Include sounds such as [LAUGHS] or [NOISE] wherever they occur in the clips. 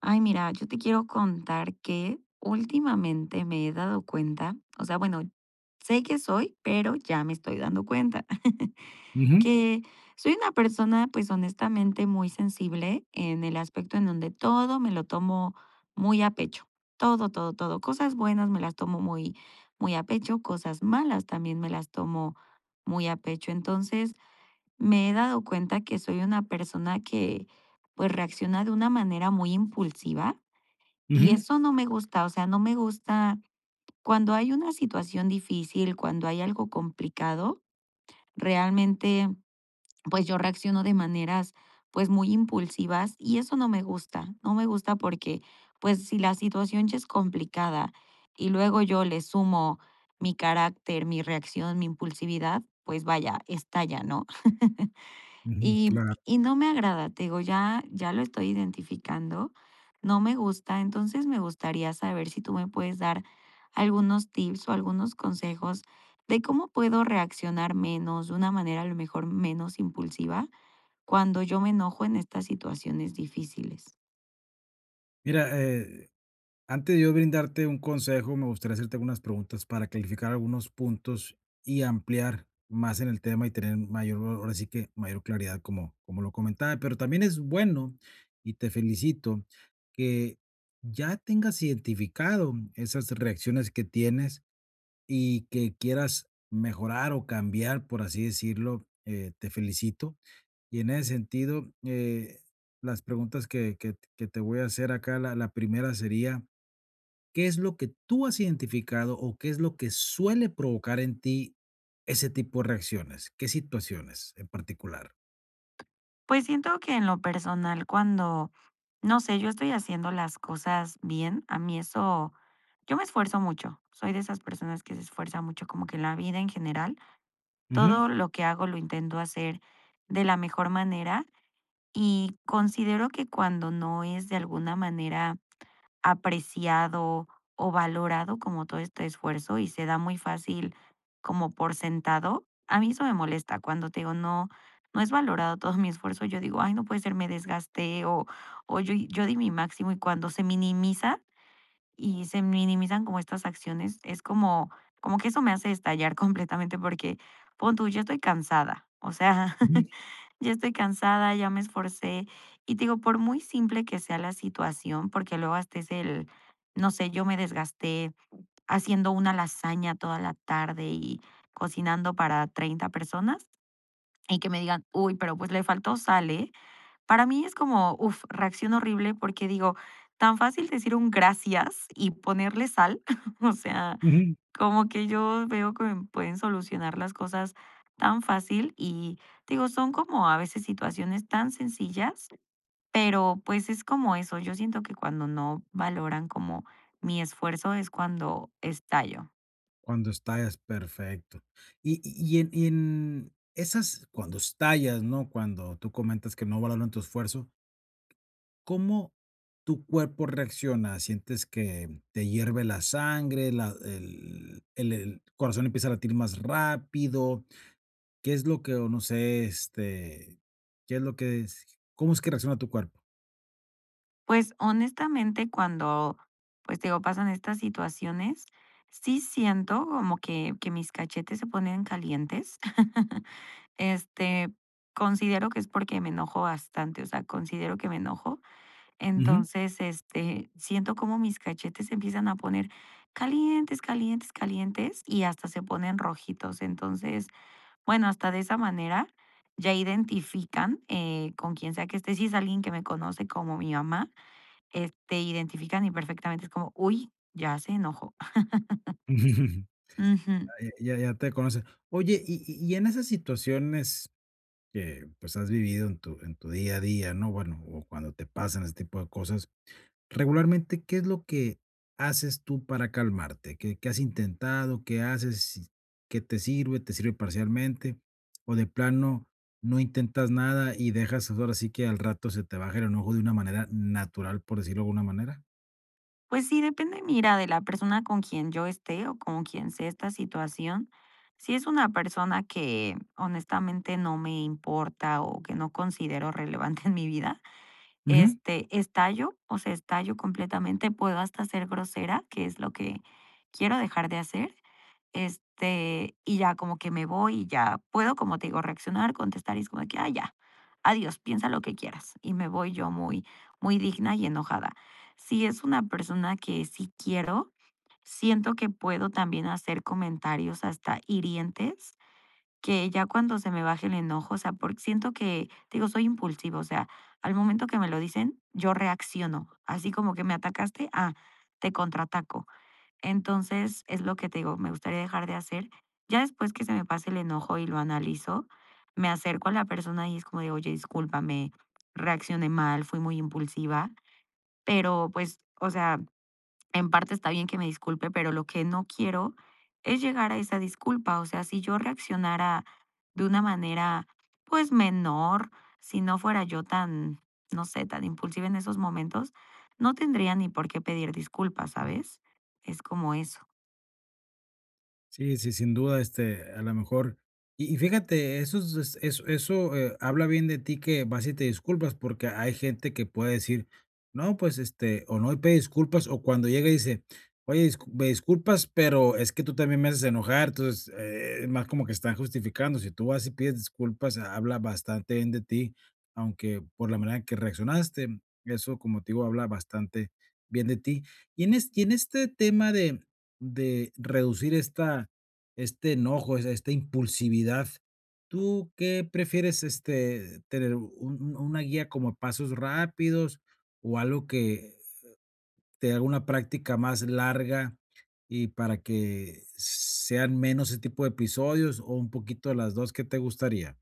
Ay, mira, yo te quiero contar que últimamente me he dado cuenta, o sea, bueno, sé que soy, pero ya me estoy dando cuenta [LAUGHS] Ujú, que soy una persona, pues honestamente, muy sensible en el aspecto en donde todo me lo tomo muy a pecho. Todo, todo, todo. Cosas buenas me las tomo muy, muy a pecho, cosas malas también me las tomo muy a pecho. Entonces, me he dado cuenta que soy una persona que pues reacciona de una manera muy impulsiva y ujú, eso no me gusta, o sea, no me gusta cuando hay una situación difícil, cuando hay algo complicado, realmente, pues, yo reacciono de maneras, pues, muy impulsivas y eso no me gusta. No me gusta porque, pues, si la situación ya es complicada y luego yo le sumo mi carácter, mi reacción, mi impulsividad, pues, vaya, estalla, ¿no? [LAUGHS] ujú, Y claro. y no me agrada, te digo, ya lo estoy identificando, no me gusta, entonces me gustaría saber si tú me puedes dar algunos tips o algunos consejos de cómo puedo reaccionar menos, de una manera a lo mejor menos impulsiva, cuando yo me enojo en estas situaciones difíciles. Mira, antes de yo brindarte un consejo, me gustaría hacerte algunas preguntas para clarificar algunos puntos y ampliar más en el tema y tener mayor, ahora sí que mayor claridad como lo comentaba, pero también es bueno y te felicito que ya tengas identificado esas reacciones que tienes y que quieras mejorar o cambiar, por así decirlo, te felicito. Y en ese sentido, las preguntas que te voy a hacer acá, la primera sería, ¿qué es lo que tú has identificado o qué es lo que suele provocar en ti ese tipo de reacciones? ¿Qué situaciones en particular? Pues siento que en lo personal, cuando, no sé, yo estoy haciendo las cosas bien, a mí eso, yo me esfuerzo mucho, soy de esas personas que se esfuerza mucho como que en la vida en general. Ujú. Todo lo que hago lo intento hacer de la mejor manera y considero que cuando no es de alguna manera apreciado o valorado como todo este esfuerzo y se da muy fácil como por sentado, a mí eso me molesta. Cuando te digo no, no es valorado todo mi esfuerzo, yo digo, ay, no puede ser, me desgasté o yo di mi máximo y cuando se minimiza, y se minimizan como estas acciones, es como que eso me hace estallar [LAUGHS] completamente porque, pon tú, yo estoy cansada, o sea, Ujú, [LAUGHS] ya estoy cansada, ya me esforcé. Y te digo, por muy simple que sea la situación, porque luego hasta es el, no sé, yo me desgasté haciendo una lasaña toda la tarde y cocinando para 30 personas y que me digan, uy, pero pues le faltó sal, ¿eh? Para mí es como, uff reacción horrible porque digo, tan fácil decir un gracias y ponerle sal, [LAUGHS] o sea, ujú. como que yo veo que me pueden solucionar las cosas tan fácil y digo, son como a veces situaciones tan sencillas, pero pues es como eso, yo siento que cuando no valoran como mi esfuerzo es cuando estallo. Cuando estallas, perfecto. Y en esas cuando estallas, ¿no? Cuando tú comentas que no valoran tu esfuerzo, ¿cómo tu cuerpo reacciona? ¿Sientes que te hierve la sangre, la el corazón empieza a latir más rápido? ¿Qué es lo que, o no sé, qué es lo que es? ¿Cómo es que reacciona tu cuerpo? Pues, honestamente, cuando, pues, te digo, pasan estas situaciones, sí siento como que mis cachetes se ponen calientes. [LAUGHS] Este, considero que es porque me enojo bastante, o sea, considero que me enojo. Ujú. Entonces, siento como mis cachetes se empiezan a poner calientes, calientes, calientes y hasta se ponen rojitos. Entonces, bueno, hasta de esa manera ya identifican, con quien sea que esté, si es alguien que me conoce como mi mamá, identifican y perfectamente es como, uy, ya se enojó. [LAUGHS] Ujú. Ya ya te conoces. Oye, y en esas situaciones que, pues, has vivido en tu día a día, ¿no? Bueno, o cuando te pasan ese tipo de cosas. Regularmente, ¿qué es lo que haces tú para calmarte? ¿Qué has intentado? ¿Qué haces? Si ¿Qué te sirve? ¿Te sirve parcialmente? ¿O de plano no intentas nada y dejas ahora sí que al rato se te baja el enojo de una manera natural, por decirlo de alguna manera? Pues sí, depende, mira, de la persona con quien yo esté o con quien sea esta situación. Si es una persona que honestamente no me importa o que no considero relevante en mi vida, este, estallo, o sea, estallo completamente, puedo hasta ser grosera, que es lo que quiero dejar de hacer, y ya como que me voy y ya puedo, como te digo, reaccionar, contestar y es como de que, ah, ya, adiós, piensa lo que quieras. Y me voy yo muy, muy digna y enojada. Si es una persona que sí quiero, siento que puedo también hacer comentarios hasta hirientes que ya cuando se me baje el enojo, o sea, porque siento que, te digo, soy impulsiva, o sea, al momento que me lo dicen, yo reacciono, así como que me atacaste, ah, te contraataco. Entonces, es lo que te digo, me gustaría dejar de hacer. Ya después que se me pase el enojo y lo analizo, me acerco a la persona y es como de, oye, discúlpame, reaccioné mal, fui muy impulsiva, pero pues, o sea, en parte está bien que me disculpe, pero lo que no quiero es llegar a esa disculpa. O sea, si yo reaccionara de una manera, pues menor, si no fuera yo tan, no sé, tan impulsiva en esos momentos, no tendría ni por qué pedir disculpas, ¿sabes? Es como eso. Sí, sí, sin duda, a lo mejor y fíjate, eso es eso eso, habla bien de ti que vas y te disculpas, porque hay gente que puede decir: "No, pues, este", o no, y pide disculpas, o cuando llega y dice: "Oye, discu me disculpas, pero es que tú también me haces enojar". Entonces, es más como que están justificando. Si tú vas y pides disculpas, habla bastante bien de ti, aunque por la manera en que reaccionaste, eso, como te digo, habla bastante bien de ti. Y en este tema de reducir esta este enojo, es esta impulsividad. ¿Tú qué prefieres, tener un una guía como pasos rápidos o algo que te haga una práctica más larga y para que sean menos ese tipo de episodios o un poquito de las dos? ¿Qué te gustaría?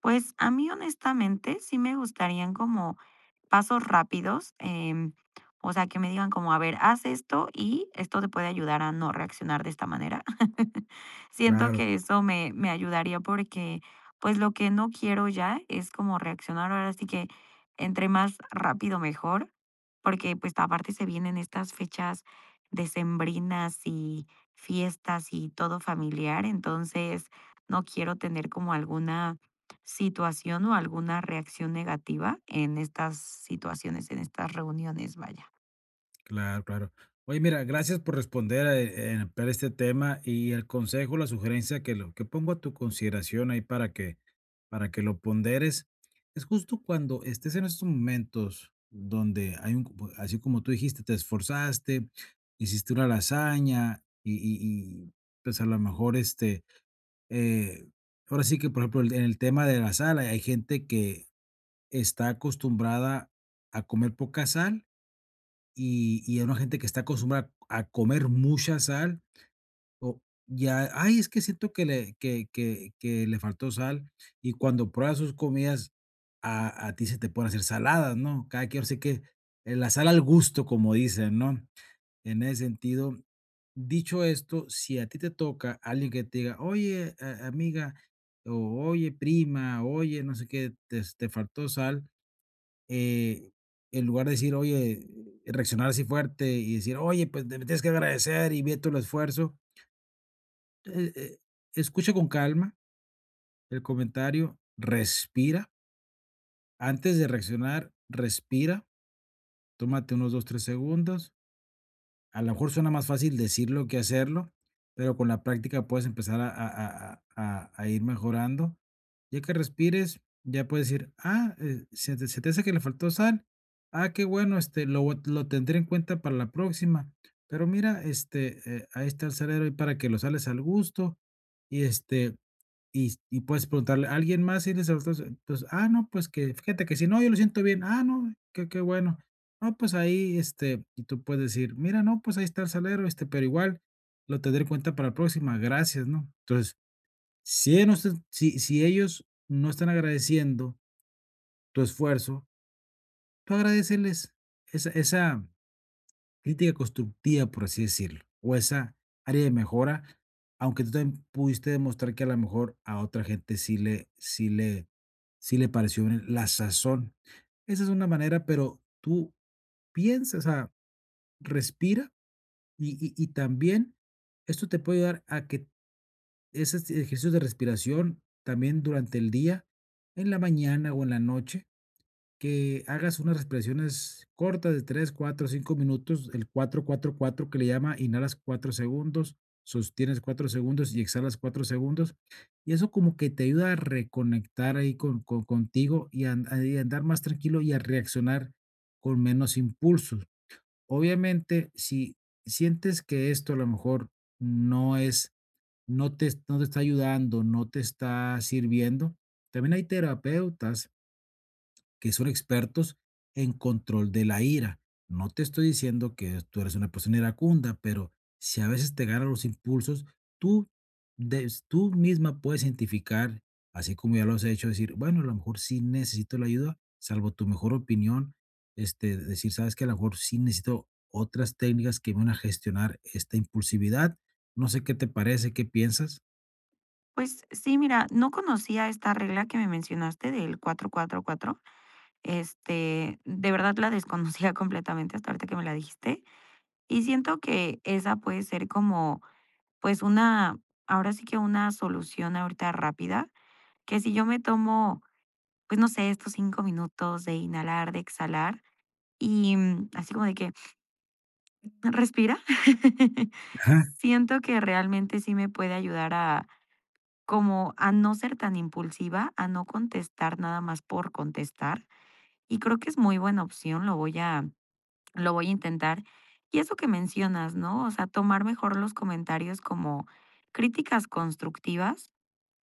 Pues a mí honestamente sí me gustarían como pasos rápidos, o sea, que me digan como, a ver, haz esto y esto te puede ayudar a no reaccionar de esta manera. [LAUGHS] Siento Claro. que eso me ayudaría porque pues lo que no quiero ya es como reaccionar ahora sí que entre más rápido mejor, porque pues aparte se vienen estas fechas decembrinas y fiestas y todo familiar, entonces no quiero tener como alguna situación o alguna reacción negativa en estas situaciones, en estas reuniones, vaya. Claro, claro. Oye, mira, gracias por responder a, ampliar este tema. Y el consejo, la sugerencia que lo que pongo a tu consideración ahí para que lo ponderes es justo cuando estés en estos momentos donde hay así como tú dijiste, te esforzaste, hiciste una lasaña y, pues a lo mejor eh, ahora sí que, por ejemplo, en el tema de la sal, hay gente que está acostumbrada a comer poca sal y a una gente que está acostumbrada a comer mucha sal, o ya: "Ay, es que siento que le que le faltó sal", y cuando pruebas sus comidas, a ti se te pueden hacer saladas, ¿no? Cada quien sé que, la sal al gusto, como dicen, ¿no? En ese sentido, dicho esto, si a ti te toca alguien que te diga: "Oye, a amiga", o "Oye, prima", "Oye, no sé qué, te faltó sal", eh, en lugar de decir, oye, reaccionar así fuerte y decir, oye, pues me tienes que agradecer y ve todo el esfuerzo. eh, eh, Escucha con calma el comentario, respira. Antes de reaccionar, respira, tómate unos 2, 3 segundos. A lo mejor suena más fácil decirlo que hacerlo, pero con la práctica puedes empezar a ir mejorando. Ya que respires, ya puedes decir, ah, se te hace que le faltó sal. Ah, qué bueno, lo tendré en cuenta para la próxima. Pero mira, ahí está el salero y para que lo sales al gusto, y y puedes preguntarle a alguien más si les faltó. Entonces, ah, no, pues que fíjate que si no, yo lo siento bien. Ah, no, qué bueno. No, pues ahí, y tú puedes decir, mira, no, pues ahí está el salero, pero igual lo tendré en cuenta para la próxima, gracias, ¿no? Entonces, si ellos no están si si ellos no están agradeciendo tu esfuerzo, tú agradéceles esa crítica constructiva, por así decirlo, o esa área de mejora, aunque tú también pudiste demostrar que a lo mejor a otra gente sí le pareció bien la sazón. Esa es una manera, pero tú piensa, o sea, respira y también esto te puede ayudar. A que Esos ejercicios de respiración también durante el día, en la mañana o en la noche, que hagas unas respiraciones cortas de tres, cuatro, 5 minutos, el 4-4-4 que le llama: inhalas 4 segundos, sostienes 4 segundos y exhalas 4 segundos. Y eso como que te ayuda a reconectar ahí contigo y andar más tranquilo y a reaccionar con menos impulsos. Obviamente, si sientes que esto a lo mejor no es, no te no te está ayudando, no te está sirviendo. También hay terapeutas que son expertos en control de la ira. No te estoy diciendo que tú eres una persona iracunda, pero si a veces te ganan los impulsos, tú, tú misma puedes identificar, así como ya lo has hecho, decir, bueno, a lo mejor sí necesito la ayuda, salvo tu mejor opinión, decir, sabes que a lo mejor sí necesito otras técnicas que me van a gestionar esta impulsividad. No sé qué te parece, ¿qué piensas? Pues sí, mira, no conocía esta regla que me mencionaste del 4-4-4. De verdad la desconocía [LAUGHS] completamente hasta ahorita que me la dijiste. Y siento que esa puede ser como, pues una, ahora sí que una solución ahorita rápida, que si yo me tomo, pues no sé, estos 5 minutos de inhalar, de exhalar, y mm, así como de que respira. [LAUGHS] Ajá. Siento que realmente sí me puede ayudar a como a no ser tan impulsiva, a no contestar nada más por contestar, y creo que es muy buena opción, lo voy a intentar. Y eso que mencionas, ¿no? O sea, tomar mejor los comentarios como críticas constructivas,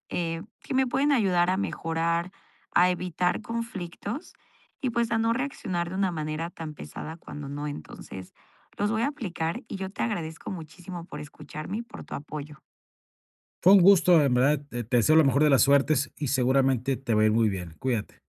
que me pueden ayudar a mejorar, a evitar conflictos y pues a no reaccionar de una manera tan pesada cuando no. Entonces, los voy a aplicar y yo te agradezco muchísimo por escucharme y por tu apoyo. Fue un gusto, en verdad, te deseo la mejor de las suertes y seguramente te va a ir muy bien. Cuídate.